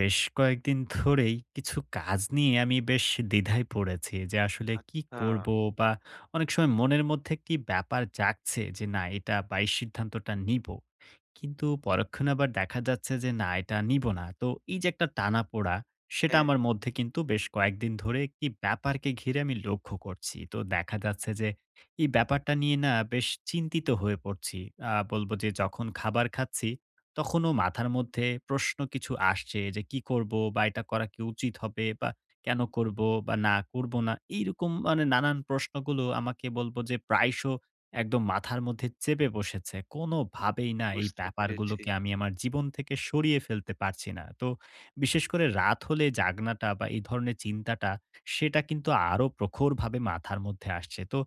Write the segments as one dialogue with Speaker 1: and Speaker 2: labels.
Speaker 1: বেশ কয়েকদিন ধরেই কিছু কাজ নিয়ে আমি বেশ দ্বিধায় পড়েছি যে আসলে কি
Speaker 2: আচ্ছা।
Speaker 1: করব, বা অনেক সময় মনের মধ্যে কি ব্যাপার জাগছে যে না এটা বা এই সিদ্ধান্তটা নিব, কিন্তু পরক্ষণে আবার দেখা যাচ্ছে যে না এটা নিব না। তো এই যে একটা টানা পোড়া, সেটা
Speaker 2: হ্যাঁ,
Speaker 1: আমার মধ্যে কিন্তু বেশ কয়েকদিন ধরে কি ব্যাপারকে ঘিরে আমি লক্ষ্য করছি, তো দেখা যাচ্ছে যে এই ব্যাপারটা নিয়ে না বেশ চিন্তিত হয়ে পড়ছি। বলবো যে যখন খাবার খাচ্ছি, তখনও মাথার মধ্যে প্রশ্ন কিছু আসছে যে কি করব বা এটা করা কি উচিত হবে, বা কেন করব বা না করব না, এইরকম মানে নানান প্রশ্নগুলো আমাকে বলবো যে প্রায়শ একদম মাথার মধ্যে চেপে বসেছে। কোনোভাবেই না এই
Speaker 2: বুঝতে পেরেছি।
Speaker 1: ব্যাপারগুলোকে আমি আমার জীবন থেকে সরিয়ে ফেলতে পারছি না। তো বিশেষ করে রাত হলে জাগনাটা বা এই ধরনের চিন্তাটা, সেটা কিন্তু আরো প্রখরভাবে মাথার মধ্যে আসছে। তো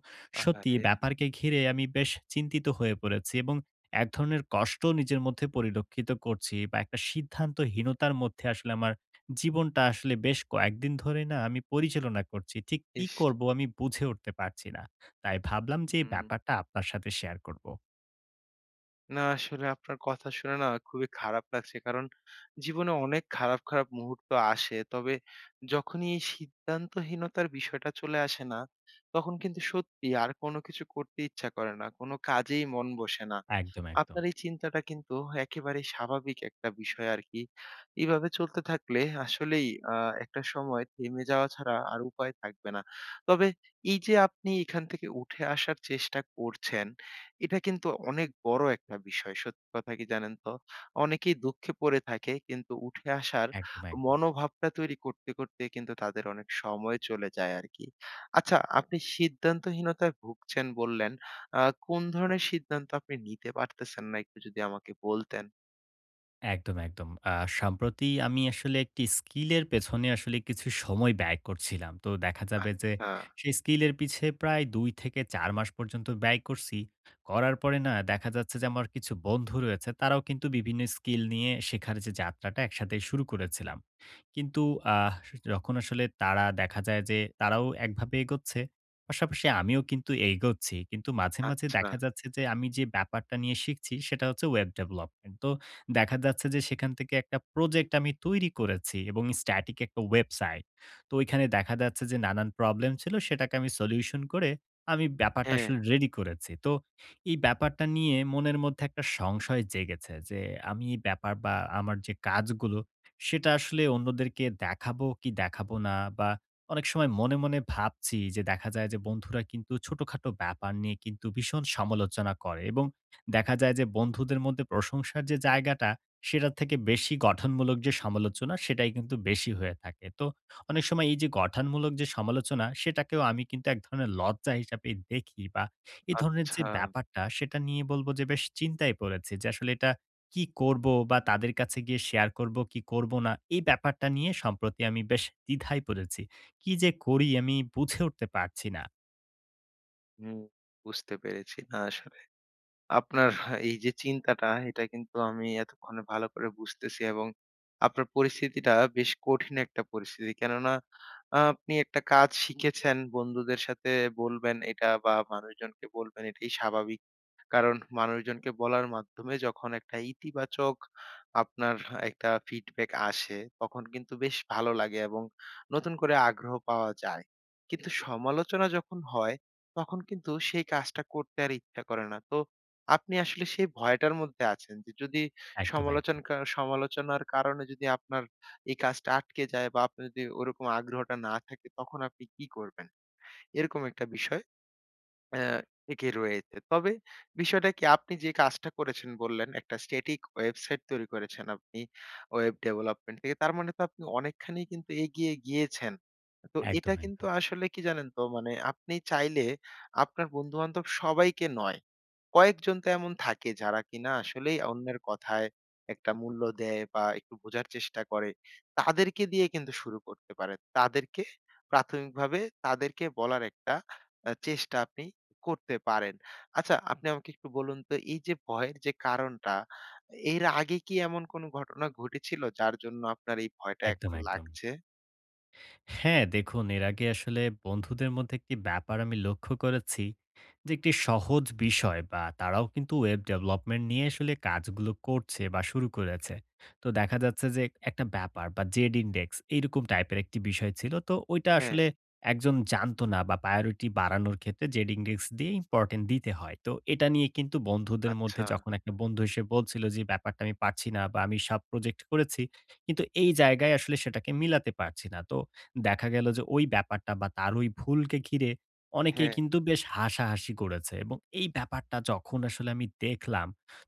Speaker 1: সত্যি এই
Speaker 2: আহারে!
Speaker 1: ব্যাপারকে ঘিরে আমি বেশ চিন্তিত হয়ে পড়েছি এবং এক ধরনের কষ্ট নিজের মধ্যে পরিলক্ষিত করছি, বা একটা সিদ্ধান্তহীনতার মধ্যে আসলে আমার জীবনটা আসলে বেশ কয়েকদিন ধরে না আমি পরিচালনা করছি। ঠিক কি
Speaker 2: ইস!
Speaker 1: করব আমি বুঝে উঠতে পারছি না। তাই ভাবলাম যে এই
Speaker 2: হুম।
Speaker 1: ব্যাপারটা আপনার সাথে শেয়ার করব।
Speaker 2: না, আসলে আপনার কথা শুনে না খুবই খারাপ লাগছে। কারণ জীবনে অনেক খারাপ, খারাপ মুহূর্ত আসে। তবে যখনই এই সিদ্ধান্তহীনতার বিষয়টা চলে আসে না, তখন কিন্তু সত্যি আর কোনো কিছু করতে ইচ্ছা করে না। কোনো কাজেই মন বসে না।
Speaker 1: একদম, একদম,
Speaker 2: আপনার এই চিন্তাটা কিন্তু একেবারেই স্বাভাবিক একটা বিষয় আরকি। এভাবে চলতে থাকলে আসলেই একটা সময় থেমে যাওয়া ছাড়া আর উপায় থাকবে না। তবে এই যে আপনি এখান থেকে উঠে আসার চেষ্টা করছেন এটা কিন্তু অনেক বড় একটা বিষয়। সত্যি কথা কি জানেন তো? অনেকেই দুঃখে পড়ে থাকে কিন্তু উঠে আসার
Speaker 1: একদম, একদম।
Speaker 2: মনোভাবটা তৈরি করতে, করতে কিন্তু তাদের অনেক সময় চলে যায় আরকি। আচ্ছা আপনি সিদ্ধান্তহীনতায় ভুগছেন বললেন। কোন ধরনের সিদ্ধান্ত আপনি নিতে পারতেছেন না একটু যদি আমাকে বলতেন?
Speaker 1: একদম, একদম। সম্প্রতি আমি আসলে একটি স্কিলের পেছনে আসলে কিছু সময় ব্যয় করছিলাম। তো দেখা যাবে যে
Speaker 2: আচ্ছা,
Speaker 1: সেই স্কিলের পিছে প্রায় ২ থেকে ৪ মাস পর্যন্ত ব্যয় করছি। করার পরে না দেখা যাচ্ছে যে আমার কিছু বন্ধু রয়েছে, তারাও কিন্তু বিভিন্ন স্কিল নিয়ে শেখার যে যাত্রাটা একসাথে শুরু করেছিলাম। কিন্তু আহ যখন আসলে তারা দেখা যায় যে তারাও একভাবে এগোচ্ছে, পাশাপাশি আমিও কিন্তু এগোচ্ছি। কিন্তু মাঝে, মাঝে
Speaker 2: আচ্ছা।
Speaker 1: দেখা যাচ্ছে যে আমি যে ব্যাপারটা নিয়ে শিখছি সেটা হচ্ছে ওয়েব ডেভেলপমেন্ট। তো দেখা যাচ্ছে যে সেখান থেকে একটা প্রজেক্ট আমি তৈরি করেছি, এবং স্ট্যাটিক একটা ওয়েবসাইট। তো ওইখানে দেখা যাচ্ছে যে নানান প্রবলেম ছিল, সেটাকে আমি সলিউশন করে আমি ব্যাপারটা
Speaker 2: হ্যাঁ,
Speaker 1: আসলে রেডি করেছি। তো এই ব্যাপারটা নিয়ে মনের মধ্যে একটা সংশয় জেগেছে যে আমি এই ব্যাপার, বা আমার যে কাজগুলো সেটা আসলে অন্যদেরকে দেখাবো কি দেখাবো না, বা অনেক সময় মনে, মনে ভাবছি যে দেখা যায় যে বন্ধুরা কিন্তু ছোটখাটো ব্যাপার নিয়ে কিন্তু ভীষণ সমালোচনা করে, এবং দেখা যায় যে বন্ধুদের মধ্যে প্রশংসার যে জায়গাটা সেটার থেকে বেশি গঠনমূলক যে সমালোচনা সেটাই কিন্তু বেশি হয়ে থাকে। তো অনেক সময় এই যে গঠনমূলক যে সমালোচনা, সেটাকেও আমি কিন্তু এক ধরনের লজ্জা হিসাবেই দেখি, বা এ ধরনের যে
Speaker 2: আচ্ছা।
Speaker 1: ব্যাপারটা সেটা নিয়ে বলব যে বেশ চিন্তায় পড়েছি যে আসলে এটা কি করব, বা তাদের কাছে গিয়ে শেয়ার করব কি করব না, এই ব্যাপারটা নিয়ে সম্প্রতি আমি বেশ দ্বিধায় পড়েছি। কি যে করি আমি বুঝে উঠতে পারছি না।
Speaker 2: হুম, বুঝতে পেরেছি। না আসলে আপনার এই যে চিন্তাটা এটা কিন্তু আমি এতক্ষণে ভালো করে বুঝতেছি এবং আপনার পরিস্থিতিটা বেশ কঠিন একটা পরিস্থিতি। কেননা আপনি একটা কাজ শিখেছেন, বন্ধুদের সাথে বলবেন এটা বা মানুষজনকে বলবেন এটাই স্বাভাবিক। কারণ মানুষজনকে বলার মাধ্যমে যখন একটা ইতিবাচক আপনার একটা ফিডব্যাক আসে, তখন কিন্তু বেশ ভালো লাগে এবং নতুন করে আগ্রহ পাওয়া যায়। কিন্তু সমালোচনা যখন হয়, তখন কিন্তু সেই কাজটা করতে আর ইচ্ছা করে না। তো আপনি আসলে সেই ভয়টার মধ্যে আছেন যে যদি
Speaker 1: একদম, একদম,
Speaker 2: সমালোচনার কারণে যদি আপনার এই কাজটা আটকে যায় বা আপনার যদি ওরকম আগ্রহটা না থাকে, তখন আপনি কি করবেন? এরকম একটা বিষয়। অ্যা এগিয়ে রয়েছে। তবে বিষয়টা কি আপনি যে কাজটা করেছেন বললেন, একটা স্ট্যাটিক ওয়েবসাইট তৈরি করেছেন আপনি ওয়েব ডেভেলপমেন্ট থেকে। তার মানে তো আপনি অনেকখানি কিন্তু এগিয়ে গিয়েছেন। তো এটা
Speaker 1: একদম,
Speaker 2: কিন্তু
Speaker 1: একদম,
Speaker 2: আসলে কি জানেন তো মানে আপনি চাইলে আপনার বন্ধু-বান্ধব সবাইকে নয়, কয়েকজন তো এমন থাকে যারা কিনা আসলেই অন্যের কথায় একটা মূল্য দেয় বা একটু বোঝার চেষ্টা করে। তাদেরকে দিয়ে কিন্তু শুরু করতে পারেন। তাদেরকে প্রাথমিকভাবে তাদেরকে বলার একটা চেষ্টা আপনি করতে পারেন। আচ্ছা আপনি আমাকে একটু বলুন তো এই যে ভয়ের যে কারণটা, এর আগে কি এমন কোনো ঘটনা ঘটেছিল যার জন্য আপনার এই ভয়টা
Speaker 1: একদম,
Speaker 2: এখন
Speaker 1: একদম।
Speaker 2: লাগছে?
Speaker 1: হ্যাঁ, দেখুন এর আগে আসলে বন্ধুদের মধ্যে একটি ব্যাপার আমি লক্ষ্য করেছি যে একটি সহজ বিষয়, বা তারাও কিন্তু ওয়েব ডেভেলপমেন্ট নিয়ে আসলে কাজগুলো করছে বা শুরু করেছে। তো দেখা যাচ্ছে যে একটা ব্যাপার বা জেড ইনডেক্স এইরকম টাইপের একটি বিষয় ছিল। তো ওইটা
Speaker 2: হ্যাঁ,
Speaker 1: আসলে একজন জানতো না, বা প্রায়োরিটি বাড়ানোর ক্ষেত্রে জেড ইনডেক্স দিয়ে ইম্পোর্টেন্ট দিতে হয়। তো এটা নিয়ে কিন্তু বন্ধুদের মধ্যে
Speaker 2: আচ্ছা।
Speaker 1: যখন একটা বন্ধু এসে বলছিল যে ব্যাপারটা আমি পারছি না, বা আমি সাব প্রজেক্ট করেছি, কিন্তু এই জায়গায় আসলে সেটাকে মিলাতে পারছি না। তো দেখা গেল যে ওই ব্যাপারটা বা তার ওই ভুলকে ঘিরে অনেকেই
Speaker 2: হ্যাঁ,
Speaker 1: কিন্তু বেশ হাসাহাসি করেছে, এবং এই ব্যাপারটা যখন আসলে আমি দেখলাম,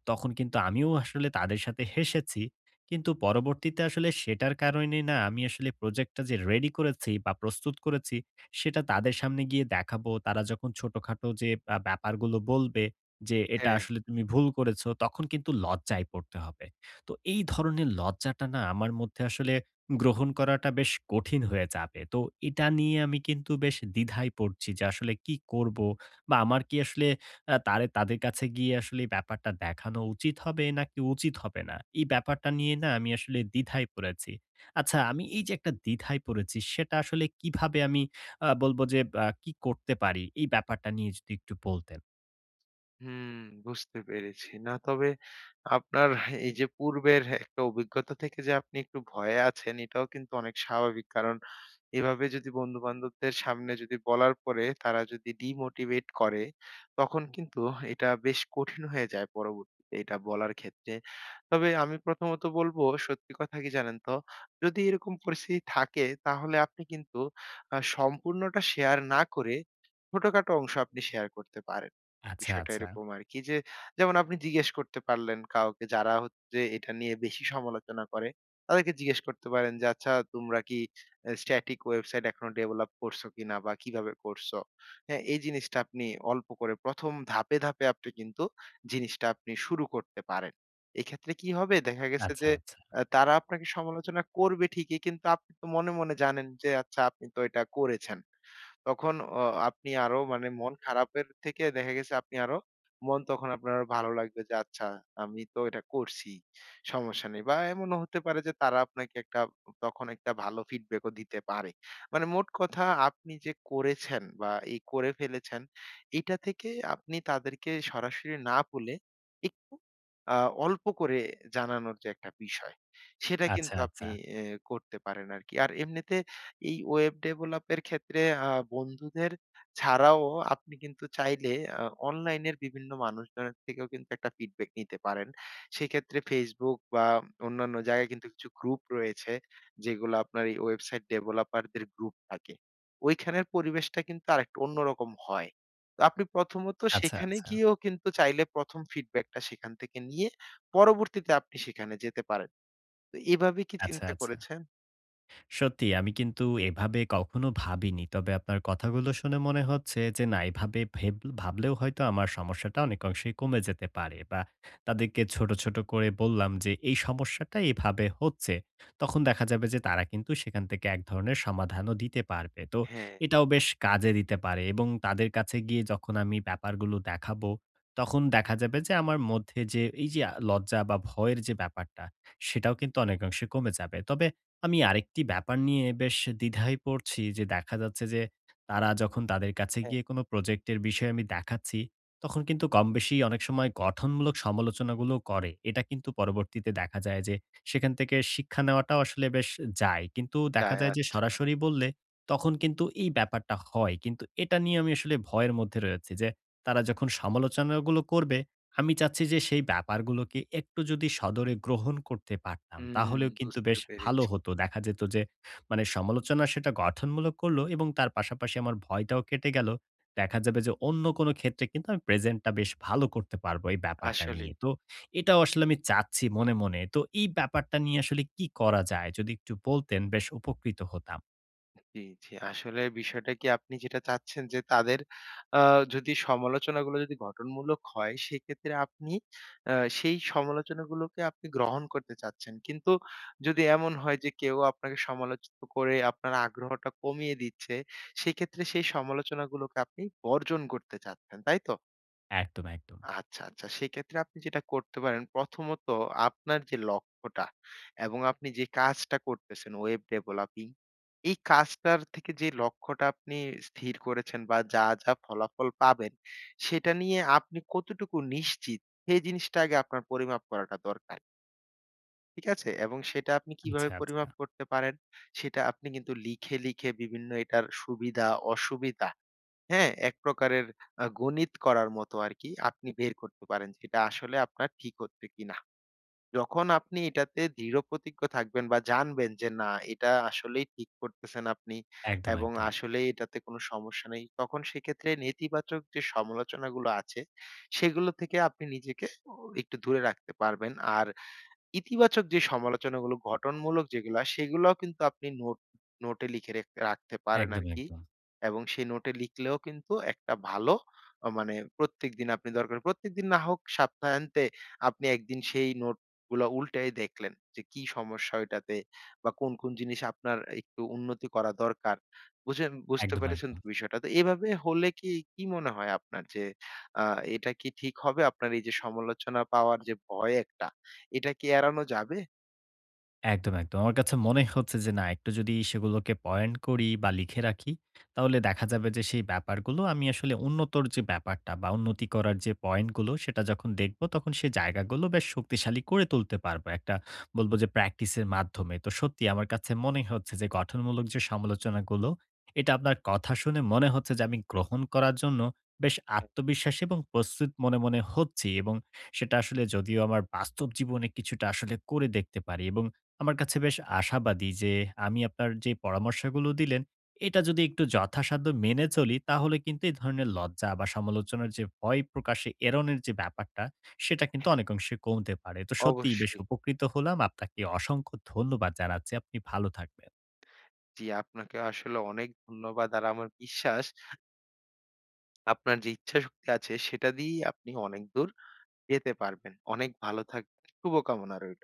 Speaker 1: তখন কিন্তু আমিও আসলে তাদের সাথে হেসেছি। কিন্তু পরবর্তীতে আসলে সেটার কারণে না আমি আসলে প্রজেক্টটা যে রেডি করেছি বা প্রস্তুত করেছি, সেটা তাদের সামনে গিয়ে দেখাবো। তারা যখন ছোটখাটো যে ব্যাপারগুলো বলবে যে, "এটা
Speaker 2: হ্যাঁ।
Speaker 1: আসলে তুমি ভুল করেছ", তখন কিন্তু লজ্জায় পড়তে হবে। তো এই ধরনের লজ্জাটা না আমার মধ্যে আসলে গ্রহণ করাটা বেশ কঠিন হয়ে যাবে। তো এটা নিয়ে আমি কিন্তু বেশ দ্বিধায় পড়ছি যে আসলে কি করব? বা আমার কি আসলে আ তারে তাদের কাছে গিয়ে আসলে এই ব্যাপারটা দেখানো উচিত হবে নাকি উচিত হবে না? এই ব্যাপারটা নিয়ে না আমি আসলে দ্বিধায় পড়েছি। আচ্ছা আমি এই যে একটা দ্বিধায় পড়েছি, সেটা আসলে কিভাবে আমি বলব যে কি করতে পারি? এই ব্যাপারটা নিয়ে যদি একটু বলতেন।
Speaker 2: হুম, বুঝতে পেরেছি। না তবে আপনার এই যে পূর্বের একটা অভিজ্ঞতা থেকে যে আপনি একটু ভয়ে আছেন এটাও কিন্তু অনেক স্বাভাবিক। কারণ এভাবে যদি বন্ধু-বান্ধবদের সামনে যদি বলার পরে তারা যদি ডিমোটিভেট করে, তখন কিন্তু এটা বেশ কঠিন হয়ে যায় পরবর্তীতে এটা বলার ক্ষেত্রে। তবে আমি প্রথমত বলবো সত্যি কথা কি জানেন তো? যদি এরকম পরিস্থিতি থাকে তাহলে আপনি কিন্তু সম্পূর্ণটা শেয়ার না করে ছোটখাটো অংশ আপনি শেয়ার করতে পারেন।
Speaker 1: আচ্ছা,
Speaker 2: বিষয়টা
Speaker 1: আচ্ছা,
Speaker 2: এরকম আরকি যে যেমন আপনি জিজ্ঞেস করতে পারলেন কাউকে যারা হচ্ছে এটা নিয়ে বেশি সমালোচনা করে, তাদেরকে জিজ্ঞেস করতে পারেন যে, "আচ্ছা তোমরা কি স্ট্যাটিক ওয়েবসাইট এখনো ডেভেলপ করছো কিনা বা কিভাবে করছো।" হ্যাঁ, এই জিনিসটা আপনি অল্প করে ১ম ধাপে, ধাপে আপনি কিন্তু জিনিসটা আপনি শুরু করতে পারেন। এক্ষেত্রে কি হবে? দেখা গেছে
Speaker 1: আচ্ছা,
Speaker 2: যে
Speaker 1: আচ্ছা,
Speaker 2: তারা আপনাকে সমালোচনা করবে ঠিকই কিন্তু আপনি তো মনে, মনে জানেন যে আচ্ছা আপনি তো এটা করেছেন। তখন অ আপনি আরো মানে মন খারাপের থেকে দেখা গেছে আপনি আরো মন তখন আপনার আরো ভালো লাগবে যে আচ্ছা আমি তো এটা করছি। সমস্যা নেই। বা এমনও হতে পারে যে তারা আপনাকে একটা তখন একটা ভালো ফিডব্যাকও দিতে পারে। মানে মোট কথা আপনি যে করেছেন বা এই করে ফেলেছেন এটা থেকে আপনি তাদেরকে সরাসরি না বলে একটু আ অল্প করে জানানোর যে একটা বিষয় সেটা
Speaker 1: আচ্ছা,
Speaker 2: কিন্তু
Speaker 1: আচ্ছা,
Speaker 2: আপনি
Speaker 1: আচ্ছা,
Speaker 2: এ করতে পারেন আরকি। আর এমনিতে এই ওয়েব ডেভেলপের ক্ষেত্রে বন্ধুদের ছাড়াও আপনি কিন্তু চাইলে আ অনলাইনের বিভিন্ন মানুষজনের থেকেও কিন্তু একটা ফিডব্যাক নিতে পারেন। সেক্ষেত্রে Facebook বা অন্যান্য জায়গায় কিন্তু কিছু গ্রুপ রয়েছে, যেগুলো আপনার এই ওয়েবসাইট ডেভেলপারদের গ্রুপ থাকে। ওইখানের পরিবেশটা কিন্তু আরেকটু অন্যরকম হয়। তো আপনি প্রথমত
Speaker 1: আচ্ছা,
Speaker 2: সেখানে
Speaker 1: আচ্ছা,
Speaker 2: গিয়েও কিন্তু চাইলে ১ম ফিডব্যাকটা সেখান থেকে নিয়ে পরবর্তীতে আপনি সেখানে যেতে পারেন। তো এভাবে কি
Speaker 1: আচ্ছা,
Speaker 2: চিন্তা
Speaker 1: আচ্ছা।
Speaker 2: করেছেন?
Speaker 1: সত্যি আমি কিন্তু এভাবে কখনো ভাবিনি। তবে আপনার কথাগুলো শুনে মনে হচ্ছে যে না এভাবে ভাবলেও হয়তো আমার সমস্যাটা অনেক অংশেই কমে যেতে পারে, বা তাদেরকে ছোট, ছোট করে বললাম যে এই সমস্যাটা এভাবে হচ্ছে। তখন দেখা যাবে যে তারা কিন্তু সেখান থেকে এক ধরনের সমাধানও দিতে পারবে। তো
Speaker 2: হ্যাঁ,
Speaker 1: এটাও বেশ কাজে দিতে পারে, এবং তাদের কাছে গিয়ে যখন আমি ব্যাপারগুলো দেখাবো, তখন দেখা যাবে যে আমার মধ্যে যে এই যে লজ্জা বা ভয়ের যে ব্যাপারটা, সেটাও কিন্তু অনেকাংশে কমে যাবে। তবে আমি আরেকটি ব্যাপার নিয়ে বেশ দ্বিধায় পড়ছি যে দেখা যাচ্ছে যে তারা যখন তাদের কাছে
Speaker 2: হ্যাঁ,
Speaker 1: গিয়ে কোনো প্রজেক্টের বিষয়ে আমি দেখাচ্ছি, তখন কিন্তু কম বেশি অনেক সময় গঠনমূলক সমালোচনাগুলো করে। এটা কিন্তু পরবর্তীতে দেখা যায় যে সেখান থেকে শিক্ষা নেওয়াটাও আসলে বেশ যায়। কিন্তু দেখা
Speaker 2: যায়
Speaker 1: যায় যে সরাসরি বললে তখন কিন্তু এই ব্যাপারটা হয়। কিন্তু এটা নিয়ে আমি আসলে ভয়ের মধ্যে রয়েছি যে তারা যখন সমালোচনাগুলো করবে, আমি চাচ্ছি যে সেই ব্যাপারগুলোকে একটু যদি সদরে গ্রহণ করতে পারতাম,
Speaker 2: হুম,
Speaker 1: তাহলেও কিন্তু
Speaker 2: বুঝতে
Speaker 1: বেশ ভালো
Speaker 2: পেরেছি।
Speaker 1: হতো। দেখা যেত যে মানে সমালোচনা সেটা গঠনমূলক করল, এবং তার পাশাপাশি আমার ভয়টাও কেটে গেল। দেখা যাবে যে অন্য কোনো ক্ষেত্রে কিন্তু আমি প্রেজেন্টটা বেশ ভালো করতে পারবো এই ব্যাপারটা
Speaker 2: আসলেই।
Speaker 1: নিয়ে। তো এটাও আসলে আমি চাচ্ছি মনে, মনে। তো এই ব্যাপারটা নিয়ে আসলে কি করা যায়? যদি একটু বলতেন, বেশ উপকৃত হতাম।
Speaker 2: জি, জি। আসলে বিষয়টা কি আপনি যেটা চাচ্ছেন যে তাদের আ যদি সমালোচনাগুলো যদি গঠনমূলক হয় সেক্ষেত্রে আপনি আ সেই সমালোচনাগুলোকে আপনি গ্রহণ করতে চাচ্ছেন। কিন্তু যদি এমন হয় যে কেউ আপনাকে সমালোচিত করে আপনার আগ্রহটা কমিয়ে দিচ্ছে, সেক্ষেত্রে সেই সমালোচনাগুলোকে আপনি বর্জন করতে চাচ্ছেন, তাই তো?
Speaker 1: একদম, একদম।
Speaker 2: আচ্ছা, আচ্ছা। সেক্ষেত্রে আপনি যেটা করতে পারেন, প্রথমত আপনার যে লক্ষ্যটা এবং আপনি যে কাজটা করতেছেন ওয়েব ডেভেলপিং, এই কাজটার থেকে যে লক্ষ্যটা আপনি স্থির করেছেন বা যা, যা ফলাফল পাবেন, সেটা নিয়ে আপনি কতটুকু নিশ্চিত, সেই জিনিসটা আগে আপনার পরিমাপ করাটা দরকার। ঠিক আছে? এবং সেটা আপনি কিভাবে
Speaker 1: আচ্ছা, আচ্ছা।
Speaker 2: পরিমাপ করতে পারেন, সেটা আপনি কিন্তু লিখে, লিখে বিভিন্ন এটার সুবিধা, অসুবিধা হ্যাঁ, এক প্রকারের গণিত করার মতো আরকি আপনি বের করতে পারেন সেটা আসলে আপনার ঠিক হচ্ছে কিনা। যখন আপনি এটাতে দৃঢ়প্রতিজ্ঞ থাকবেন বা জানবেন যে না এটা আসলেই ঠিক করতেছেন আপনি
Speaker 1: একদম,
Speaker 2: এবং
Speaker 1: একদম।
Speaker 2: আসলেই এটাতে কোনো সমস্যা নেই, তখন সেক্ষেত্রে নেতিবাচক যে সমালোচনাগুলো আছে সেগুলো থেকে আপনি নিজেকে ও একটু দূরে রাখতে পারবেন। আর ইতিবাচক যে সমালোচনাগুলো গঠনমূলক যেগুলা, সেগুলাও কিন্তু আপনি নোট নোটে লিখে রাখতে পারেন
Speaker 1: একদম,
Speaker 2: আরকি।
Speaker 1: একদম।
Speaker 2: এবং সেই নোটে লিখলেও কিন্তু একটা ভালো মানে প্রত্যেকদিন আপনি দরকার প্রত্যেকদিন না হোক সপ্তাহান্তে আপনি একদিন সেই নোটগুলা উল্টায়ে দেখলেন যে কি সমস্যা ওইটাতে বা কোন, কোন জিনিস আপনার একটু উন্নতি করা দরকার। বুঝতে
Speaker 1: একদম,
Speaker 2: পেরেছেন
Speaker 1: একদম।
Speaker 2: তো বিষয়টা? তো এভাবে হলে কি, কি মনে হয় আপনার যে আ এটা কি ঠিক হবে? আপনার এই যে সমালোচনা পাওয়ার যে ভয় একটা এটা কি এড়ানো যাবে?
Speaker 1: একদম, একদম। আমার কাছে মনে হচ্ছে যে না একটু যদি সেগুলোকে পয়েন্ট করি বা লিখে রাখি, তাহলে দেখা যাবে যে সেই ব্যাপারগুলো আমি আসলে উন্নতর যে ব্যাপারটা বা উন্নতি করার যে পয়েন্টগুলো সেটা যখন দেখব, তখন সে জায়গাগুলো বেশ শক্তিশালী করে তুলতে পারবো। একটা বলব যে প্র্যাকটিসের মাধ্যমে। তো সত্যি আমার কাছে মনে হচ্ছে যে গঠনমূলক যে সমালোচনাগুলো, এটা আপনার কথা শুনে মনে হচ্ছে যে আমি গ্রহণ করার জন্য বেশ
Speaker 2: হ্যাঁ।
Speaker 1: আত্মবিশ্বাসী এবং প্রস্তুত মনে, মনে হচ্ছি, এবং সেটা আসলে যদিও আমার বাস্তব জীবনে কিছুটা আসলে করে দেখতে পারি, এবং আমার কাছে বেশ আশাবাদী যে আমি আপনার যে পরামর্শগুলো দিলেন, এটা যদি একটু যথাসাধ্য মেনে চলি, তাহলে কিন্তু এই ধরনের লজ্জা বা সমালোচনার যে ভয় প্রকাশে এড়ানোর যে ব্যাপারটা, সেটা কিন্তু
Speaker 2: হ্যাঁ,
Speaker 1: অনেকাংশে কমতে পারে। তো সত্যিই বেশ
Speaker 2: অবশ্যই।
Speaker 1: উপকৃত হলাম। আপনাকে অসংখ্য ধন্যবাদ জানাচ্ছি। আপনি ভালো থাকবেন।
Speaker 2: জি, আপনাকে আসলে অনেক ধন্যবাদ। আর আমার বিশ্বাস আপনার যে ইচ্ছাশক্তি আছে সেটা দিয়েই আপনি অনেক দূর যেতে পারবেন। অনেক ভালো থাকবেন। শুভকামনা রইল।